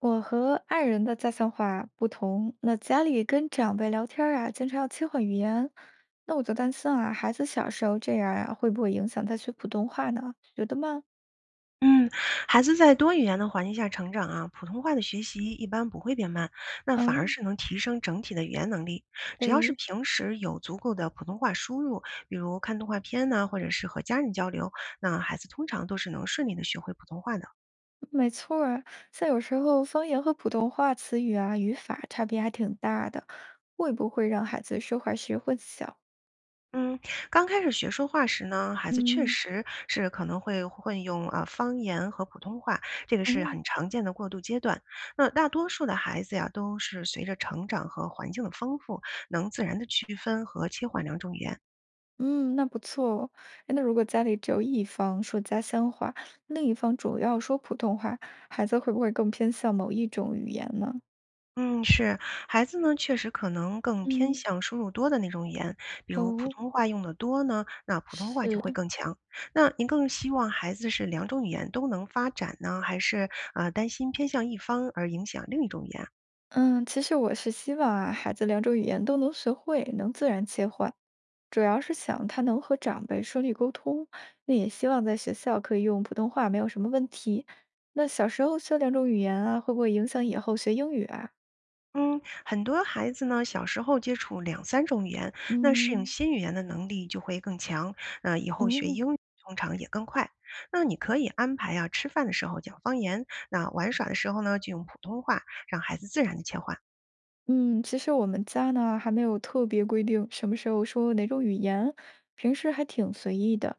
我和爱人的家乡话不同，那家里跟长辈聊天儿啊，经常要切换语言，那我就担心啊，孩子小时候这样啊，会不会影响他学普通话呢？学的吗？嗯，孩子在多语言的环境下成长啊，普通话的学习一般不会变慢，那反而嗯，是能提升整体的语言能力。只要是对，平时有足够的普通话输入，比如看动画片呐，或者是和家人交流，那孩子通常都是能顺利的学会普通话的。没错儿。像有时候方言和普通话词语啊，语法差别还挺大的，会不会让孩子说话时混淆？嗯，刚开始学说话时呢，孩子确嗯，实是可能会混用方言和普通话，这个是哦。很常见的过渡阶段。那大多数的孩子呀，都是随着成长和环境的丰富，能自然的区分和切换两种语言。嗯，那不错哦。哎，那如果家里只有一方说家乡话，另一方主要说普通话，孩子会不会更偏向某一种语言呢？嗯，是，孩子呢，确实可能更偏嗯，向输入多的那种语言，比如普哦，通话用的多呢，那普通话就会是，更强。那您更希望孩子是两种语言都能发展呢，还是担心偏向一方而影响另一种语言？嗯，其实我是希望啊，孩子两种语言都能学会，能自然切换。主要是想他能和长辈顺利沟通，那也希望在学校可以用普通话，没有什么问题。那小时候学两种语言啊，会不会影响以后学英语啊？嗯，很多孩子呢，小时候接触两三种语言，那适应嗯，新语言的能力就会更强。那以后学哦。英语通常也更快。那你可以安排啊，吃饭的时候讲方言，那玩耍的时候呢，就用普通话，让孩子自然的切换。嗯，其实我们家呢还没有特别规定什么时候说哪种语言，平时还挺随意的。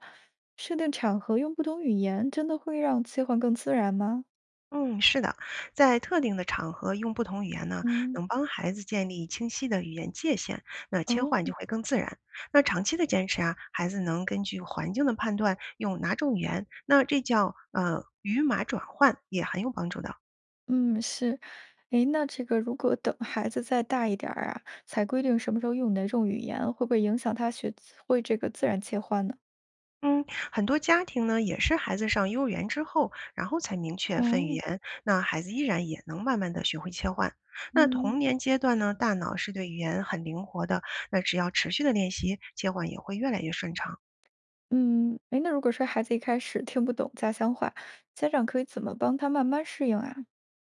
设定场合用不同语言，真的会让切换更自然吗？嗯，是的，在特定的场合用不同语言呢，嗯，能帮孩子建立清晰的语言界限，那切换就哦，会更自然。那长期的坚持啊，孩子能根据环境的判断用哪种语言，那这叫语码转换，也很有帮助的。嗯，是。诶，那这个如果等孩子再大一点儿啊，才规定什么时候用哪种语言，会不会影响他学会这个自然切换呢？嗯，很多家庭呢也是孩子上幼儿园之后，然后才明确分语哦，言，那孩子依然也能慢慢的学会切换。那嗯童年阶段呢，大脑是对语言很灵活的，那只要持续的练习，切换也会越来越顺畅。嗯，诶，那如果说孩子一开始听不懂家乡话，家长可以怎么帮他慢慢适应啊？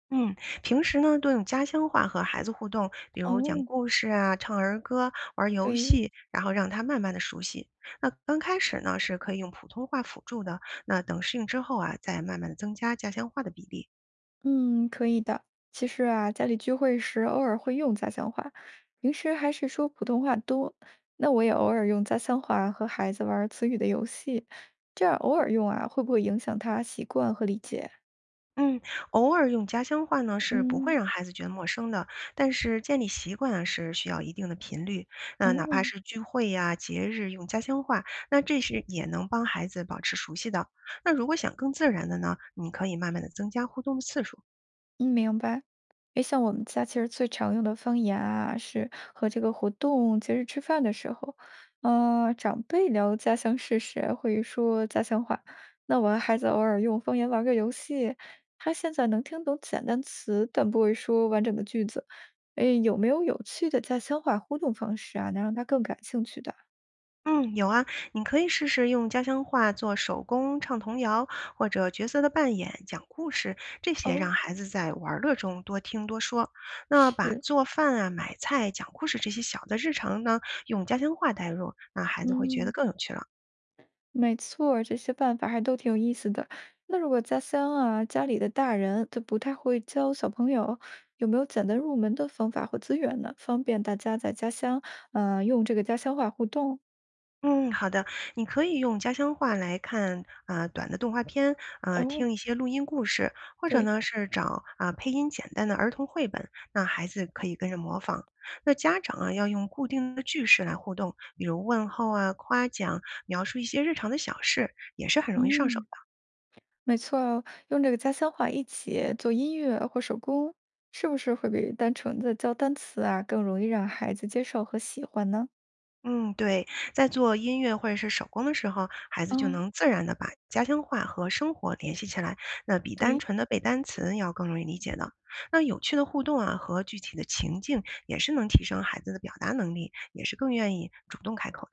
嗯，平时呢多用家乡话和孩子互动，比如讲哦。故事啊、唱儿歌、玩游对，戏，然后让他慢慢的熟悉。那刚开始呢是可以用普通话辅助的，那等适应之后啊，再慢慢的增加家乡话的比例。嗯，可以的。其实啊，家里聚会时偶尔会用家乡话，平时还是说普通话多。那我也偶尔用家乡话和孩子玩儿词语的游戏，这样偶尔用啊，会不会影响他习惯和理解？嗯，偶尔用家乡话呢是不会嗯，让孩子觉得陌生的，但是建立习惯啊是需要一定的频率。那哪哦，怕是聚会呀、节日用家乡话，那这是也能帮孩子保持熟悉的。那如果想更自然的呢，你可以慢慢的增加互动的次数。嗯，明白。诶，像我们家其实最常用的方言啊，是和这个活动、节日吃饭的时候，长辈聊家乡事时啊会说家乡话，那我和孩子偶尔用方言玩个游戏，他现在能听懂简单词，但不会说完整的句子。诶，有没有有趣的家乡话互动方式啊，能让他更感兴趣的？嗯，有啊，你可以试试用家乡话做手工、唱童谣，或者角色的扮演、讲故事，这些让哦，孩子在玩儿乐中多听多说。那把是，做饭啊、买菜、讲故事这些小的日常呢，用家乡话带入，那孩子会觉得嗯，更有趣了。没错儿这些办法还都挺有意思的。那如果家乡啊，家里的大人他不太会教小朋友，有没有简单入门的方法或资源呢？方便大家在家乡，嗯，用这个家乡话互动。嗯，好的，你可以用家乡话来看啊、短的动画片，哦，听一些录音故事，或者对，呢是找啊、配音简单的儿童绘本，那孩子可以跟着模仿。那家长啊要用固定的句式来互动，比如问候啊、夸奖、描述一些日常的小事，也是很容易上手嗯，的。没错儿，用这个家乡话一起做音乐或手工，是不是会比单纯的教单词啊，更容易让孩子接受和喜欢呢？嗯，对，在做音乐或者是手工的时候，孩子就哦，能自然的把家乡话和生活联系起来，那比单对，纯的背单词要更容易理解的。那有趣的互动啊和具体的情境，也是能提升孩子的表达能力，也是更愿意主动开口。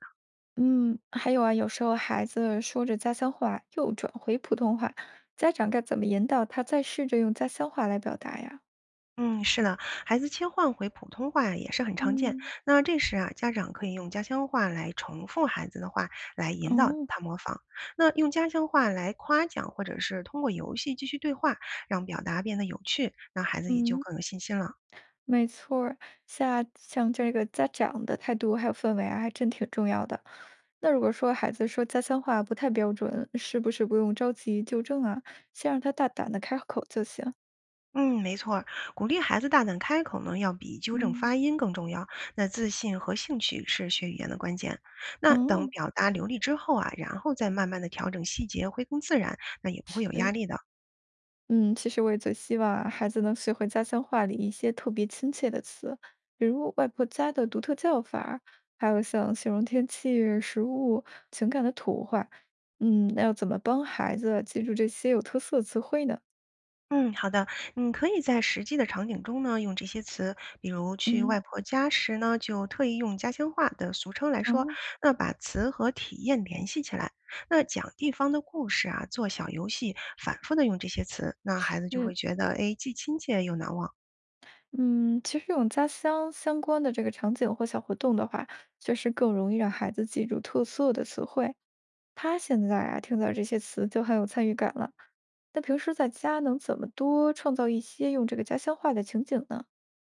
嗯，还有啊，有时候孩子说着家乡话又转回普通话，家长该怎么引导他再试着用家乡话来表达呀？嗯，是的，孩子切换回普通话也是很常见。嗯，那这时啊，家长可以用家乡话来重复孩子的话，来引导哦，他模仿。那用家乡话来夸奖，或者是通过游戏继续对话，让表达变得有趣，那孩子也就嗯，更有信心了。没错儿，像这个家长的态度还有氛围啊，还真挺重要的。那如果说孩子说家乡话不太标准，是不是不用着急纠正啊？先让他大胆的开口就行。嗯，没错儿，鼓励孩子大胆开口呢，要比纠正嗯，发音更重要。那自信和兴趣是学语言的关键。那等嗯，表达流利之后啊，然后再慢慢的调整细节，会更自然，那也不会有压是。力的。嗯，其实我也最希望啊，孩子能学会家乡话里一些特别亲切的词，比如外婆家的独特叫法儿还有像形容天气、食物、情感的土话。嗯，那要怎么帮孩子啊记住这些有特色的词汇呢？嗯，好的，你可以在实际的场景中呢，用这些词，比如去嗯，外婆家时呢，就特意用家乡话的俗称来说，哦，那把词和体验联系起来。那讲地方的故事啊，做小游戏，反复的用这些词，那孩子就会嗯觉得，哎，既亲切又难忘。嗯，其实用家乡相关的这个场景或小活动的话，确实更容易让孩子记住特色的词汇。他现在啊，听到这些词就很有参与感了。那平时在家能怎么多创造一些用这个家乡话的情景呢？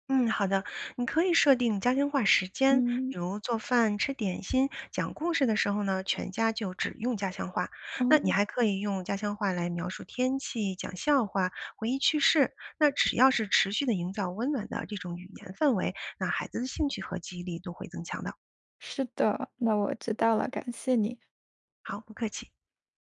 嗯，好的，你可以设定家乡话时间，嗯，比如做饭、吃点心、讲故事的时候呢，全家就只用家乡话。哦，那你哦还可以用家乡话来描述天气、讲笑话、回忆趣事。那只要是持续的营造温暖的这种语言氛围，那孩子的兴趣和记忆力都会增强的。是的，那我知道了，感谢你。好，不客气。